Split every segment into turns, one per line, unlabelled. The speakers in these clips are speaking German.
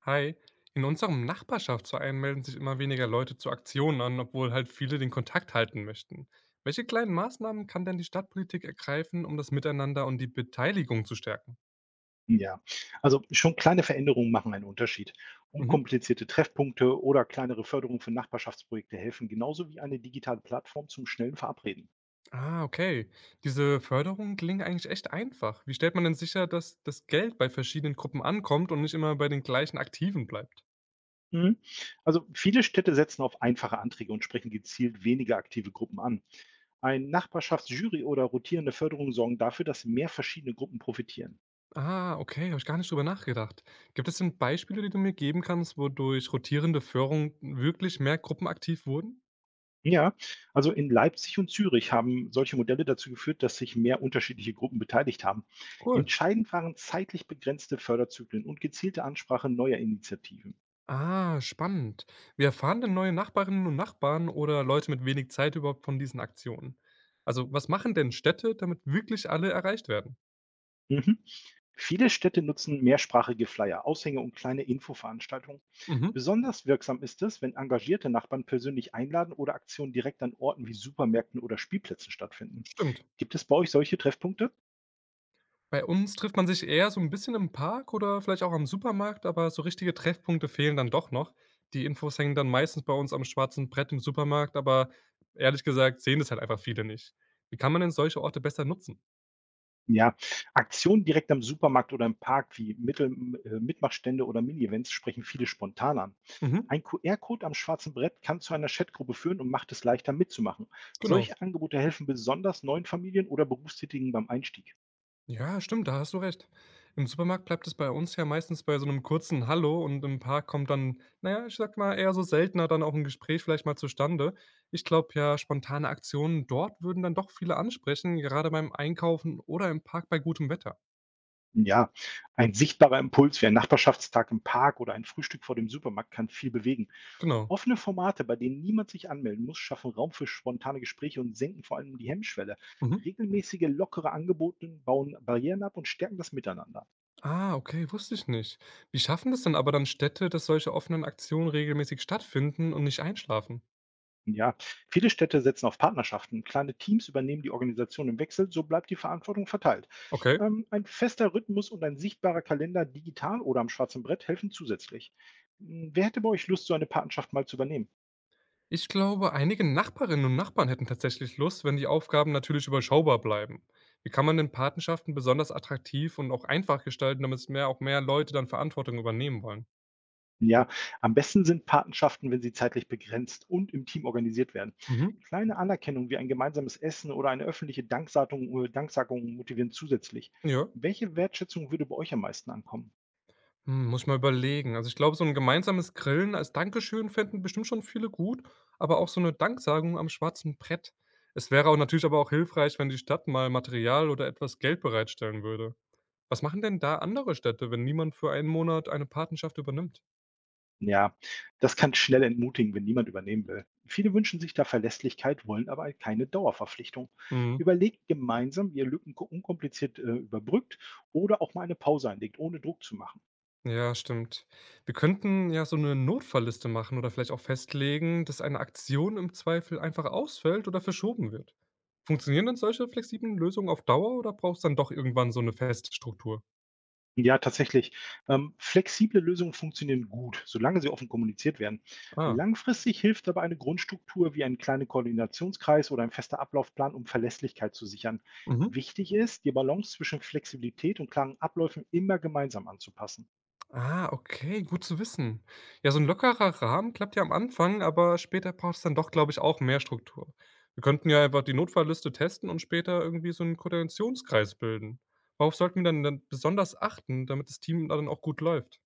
Hi, in unserem Nachbarschaftsverein melden sich immer weniger Leute zu Aktionen an, obwohl halt viele den Kontakt halten möchten. Welche kleinen Maßnahmen kann denn die Stadtpolitik ergreifen, um das Miteinander und die Beteiligung zu stärken?
Ja, also schon kleine Veränderungen machen einen Unterschied.
Mhm.
Unkomplizierte Treffpunkte oder kleinere Förderungen für Nachbarschaftsprojekte helfen, genauso wie eine digitale Plattform zum schnellen Verabreden.
Ah, okay. Diese Förderungen klingen eigentlich echt einfach. Wie stellt man denn sicher, dass das Geld bei verschiedenen Gruppen ankommt und nicht immer bei den gleichen Aktiven bleibt?
Mhm. Also viele Städte setzen auf einfache Anträge und sprechen gezielt weniger aktive Gruppen an. Ein Nachbarschaftsjury oder rotierende Förderung sorgen dafür, dass mehr verschiedene Gruppen profitieren.
Ah, okay, habe ich gar nicht drüber nachgedacht. Gibt es denn Beispiele, die du mir geben kannst, wodurch rotierende Förderung wirklich mehr Gruppen aktiv wurden?
Ja, also in Leipzig und Zürich haben solche Modelle dazu geführt, dass sich mehr unterschiedliche Gruppen beteiligt haben.
Cool.
Entscheidend waren zeitlich begrenzte Förderzyklen und gezielte Ansprache neuer Initiativen.
Ah, spannend. Wie erfahren denn neue Nachbarinnen und Nachbarn oder Leute mit wenig Zeit überhaupt von diesen Aktionen? Also, was machen denn Städte, damit wirklich alle erreicht werden?
Mhm. Viele Städte nutzen mehrsprachige Flyer, Aushänge und kleine Infoveranstaltungen.
Mhm,
Besonders wirksam ist es, wenn engagierte Nachbarn persönlich einladen oder Aktionen direkt an Orten wie Supermärkten oder Spielplätzen stattfinden.
stimmt.
Gibt es bei euch solche Treffpunkte?
Bei uns trifft man sich eher so ein bisschen im Park oder vielleicht auch am Supermarkt, aber so richtige Treffpunkte fehlen dann doch noch. Die Infos hängen dann meistens bei uns am schwarzen Brett im Supermarkt, aber ehrlich gesagt sehen das halt einfach viele nicht. Wie kann man denn solche Orte besser nutzen?
Ja, Aktionen direkt am Supermarkt oder im Park wie Mitmachstände oder Mini-Events sprechen viele spontan an.
Mhm,
Ein QR-Code am schwarzen Brett kann zu einer Chatgruppe führen und macht es leichter mitzumachen.
genau.
Solche Angebote helfen besonders neuen Familien oder Berufstätigen beim Einstieg.
Ja, stimmt, da hast du recht. Im Supermarkt bleibt es bei uns ja meistens bei so einem kurzen „Hallo“ und im Park kommt dann, naja, ich sag mal, eher so seltener dann auch ein Gespräch vielleicht mal zustande. Ich glaube ja, spontane Aktionen dort würden dann doch viele ansprechen, gerade beim Einkaufen oder im Park bei gutem Wetter.
Ja, ein sichtbarer Impuls wie ein Nachbarschaftstag im Park oder ein Frühstück vor dem Supermarkt kann viel bewegen.
Genau.
Offene Formate, bei denen niemand sich anmelden muss, schaffen Raum für spontane Gespräche und senken vor allem die Hemmschwelle.
Mhm.
Regelmäßige, lockere Angebote bauen Barrieren ab und stärken das Miteinander.
Ah, okay, wusste ich nicht. Wie schaffen das denn aber dann Städte, dass solche offenen Aktionen regelmäßig stattfinden und nicht einschlafen?
Ja, viele Städte setzen auf Partnerschaften. Kleine Teams übernehmen die Organisation im Wechsel, so bleibt die Verantwortung verteilt.
Okay.
Ein fester Rhythmus und ein sichtbarer Kalender digital oder am schwarzen Brett helfen zusätzlich. Wer hätte bei euch Lust, so eine Patenschaft mal zu übernehmen?
Ich glaube, einige Nachbarinnen und Nachbarn hätten tatsächlich Lust, wenn die Aufgaben natürlich überschaubar bleiben. Wie kann man denn Patenschaften besonders attraktiv und auch einfach gestalten, damit es auch mehr Leute dann Verantwortung übernehmen wollen?
Ja, am besten sind Patenschaften, wenn sie zeitlich begrenzt und im Team organisiert werden.
Mhm.
Kleine Anerkennung wie ein gemeinsames Essen oder eine öffentliche Danksagung motivieren zusätzlich.
Ja.
Welche Wertschätzung würde bei euch am meisten ankommen?
Hm, muss ich mal überlegen. Also ich glaube, so ein gemeinsames Grillen als Dankeschön fänden bestimmt schon viele gut, aber auch so eine Danksagung am schwarzen Brett. Es wäre auch natürlich aber auch hilfreich, wenn die Stadt mal Material oder etwas Geld bereitstellen würde. Was machen denn da andere Städte, wenn niemand für einen Monat eine Patenschaft übernimmt?
Ja, das kann schnell entmutigen, wenn niemand übernehmen will. Viele wünschen sich da Verlässlichkeit, wollen aber keine Dauerverpflichtung.
Mhm.
Überlegt gemeinsam, wie ihr Lücken unkompliziert überbrückt oder auch mal eine Pause einlegt, ohne Druck zu machen.
Ja, stimmt. Wir könnten ja so eine Notfallliste machen oder vielleicht auch festlegen, dass eine Aktion im Zweifel einfach ausfällt oder verschoben wird. Funktionieren denn solche flexiblen Lösungen auf Dauer oder braucht es dann doch irgendwann so eine feste Struktur?
Ja, tatsächlich. Flexible Lösungen funktionieren gut, solange sie offen kommuniziert werden.
Ah,
Langfristig hilft aber eine Grundstruktur wie ein kleiner Koordinationskreis oder ein fester Ablaufplan, um Verlässlichkeit zu sichern.
mhm.
Wichtig ist, die Balance zwischen Flexibilität und klaren Abläufen immer gemeinsam anzupassen.
Ah, okay, gut zu wissen. Ja, so ein lockerer Rahmen klappt ja am Anfang, aber später braucht es dann doch, glaube ich, auch mehr Struktur. Wir könnten ja einfach die Notfallliste testen und später irgendwie so einen Koordinationskreis bilden. Worauf sollten wir denn dann besonders achten, damit das Team dann auch gut läuft?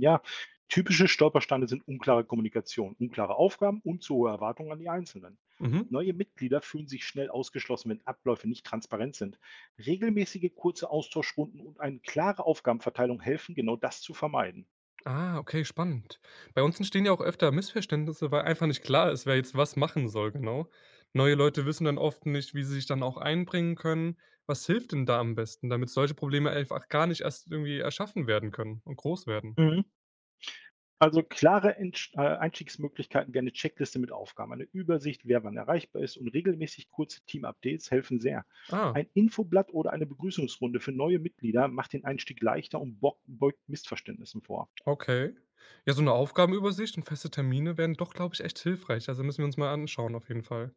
Ja, typische Stolpersteine sind unklare Kommunikation, unklare Aufgaben und zu hohe Erwartungen an die Einzelnen.
Mhm.
Neue Mitglieder fühlen sich schnell ausgeschlossen, wenn Abläufe nicht transparent sind. Regelmäßige kurze Austauschrunden und eine klare Aufgabenverteilung helfen, genau das zu vermeiden.
Ah, okay, spannend. Bei uns entstehen ja auch öfter Missverständnisse, weil einfach nicht klar ist, wer jetzt was machen soll, genau. Neue Leute wissen dann oft nicht, wie sie sich dann auch einbringen können. Was hilft denn da am besten, damit solche Probleme einfach gar nicht erst irgendwie erschaffen werden können und groß werden?
Mhm. Also klare Einstiegsmöglichkeiten wie eine Checkliste mit Aufgaben, eine Übersicht, wer wann erreichbar ist und regelmäßig kurze Team-Updates helfen sehr.
Ah,
Ein Infoblatt oder eine Begrüßungsrunde für neue Mitglieder macht den Einstieg leichter und beugt Missverständnissen vor.
okay. Ja, so eine Aufgabenübersicht und feste Termine wären doch, glaube ich, echt hilfreich. Also müssen wir uns mal anschauen, auf jeden Fall.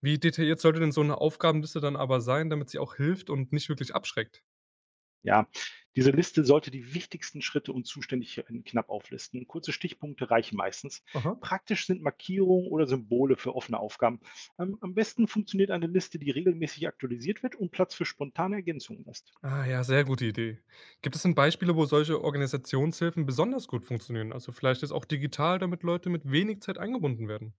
Wie detailliert sollte denn so eine Aufgabenliste dann aber sein, damit sie auch hilft und nicht wirklich abschreckt?
Ja, diese Liste sollte die wichtigsten Schritte und Zuständigkeiten knapp auflisten. Kurze Stichpunkte reichen meistens.
Aha.
Praktisch sind Markierungen oder Symbole für offene Aufgaben. Am besten funktioniert eine Liste, die regelmäßig aktualisiert wird und Platz für spontane Ergänzungen lässt.
Ah ja, sehr gute Idee. Gibt es denn Beispiele, wo solche Organisationshilfen besonders gut funktionieren? Also vielleicht ist auch digital, damit Leute mit wenig Zeit eingebunden werden.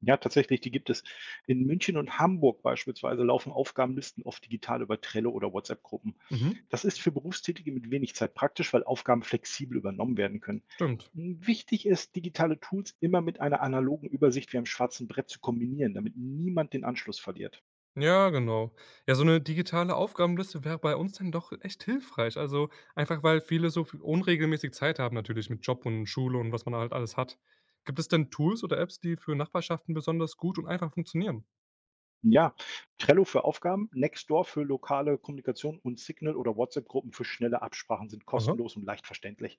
Ja, tatsächlich, die gibt es. In München und Hamburg beispielsweise laufen Aufgabenlisten oft digital über Trello oder WhatsApp-Gruppen.
Mhm,
Das ist für Berufstätige mit wenig Zeit praktisch, weil Aufgaben flexibel übernommen werden können.
stimmt.
Wichtig ist, digitale Tools immer mit einer analogen Übersicht wie einem schwarzen Brett zu kombinieren, damit niemand den Anschluss verliert.
Ja, genau. Ja, so eine digitale Aufgabenliste wäre bei uns dann doch echt hilfreich. Also einfach, weil viele so viel unregelmäßig Zeit haben natürlich mit Job und Schule und was man halt alles hat. Gibt es denn Tools oder Apps, die für Nachbarschaften besonders gut und einfach funktionieren?
Ja, Trello für Aufgaben, Nextdoor für lokale Kommunikation und Signal oder WhatsApp-Gruppen für schnelle Absprachen sind
Aha,
kostenlos und leicht verständlich.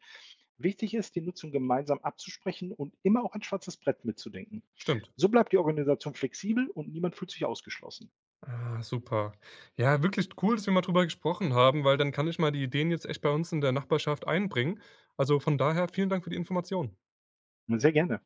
Wichtig ist, die Nutzung gemeinsam abzusprechen und immer auch ein schwarzes Brett mitzudenken.
stimmt.
So bleibt die Organisation flexibel und niemand fühlt sich ausgeschlossen.
Ah, super. Ja, wirklich cool, dass wir mal drüber gesprochen haben, weil dann kann ich mal die Ideen jetzt echt bei uns in der Nachbarschaft einbringen. Also von daher vielen Dank für die Information.
Sehr gerne.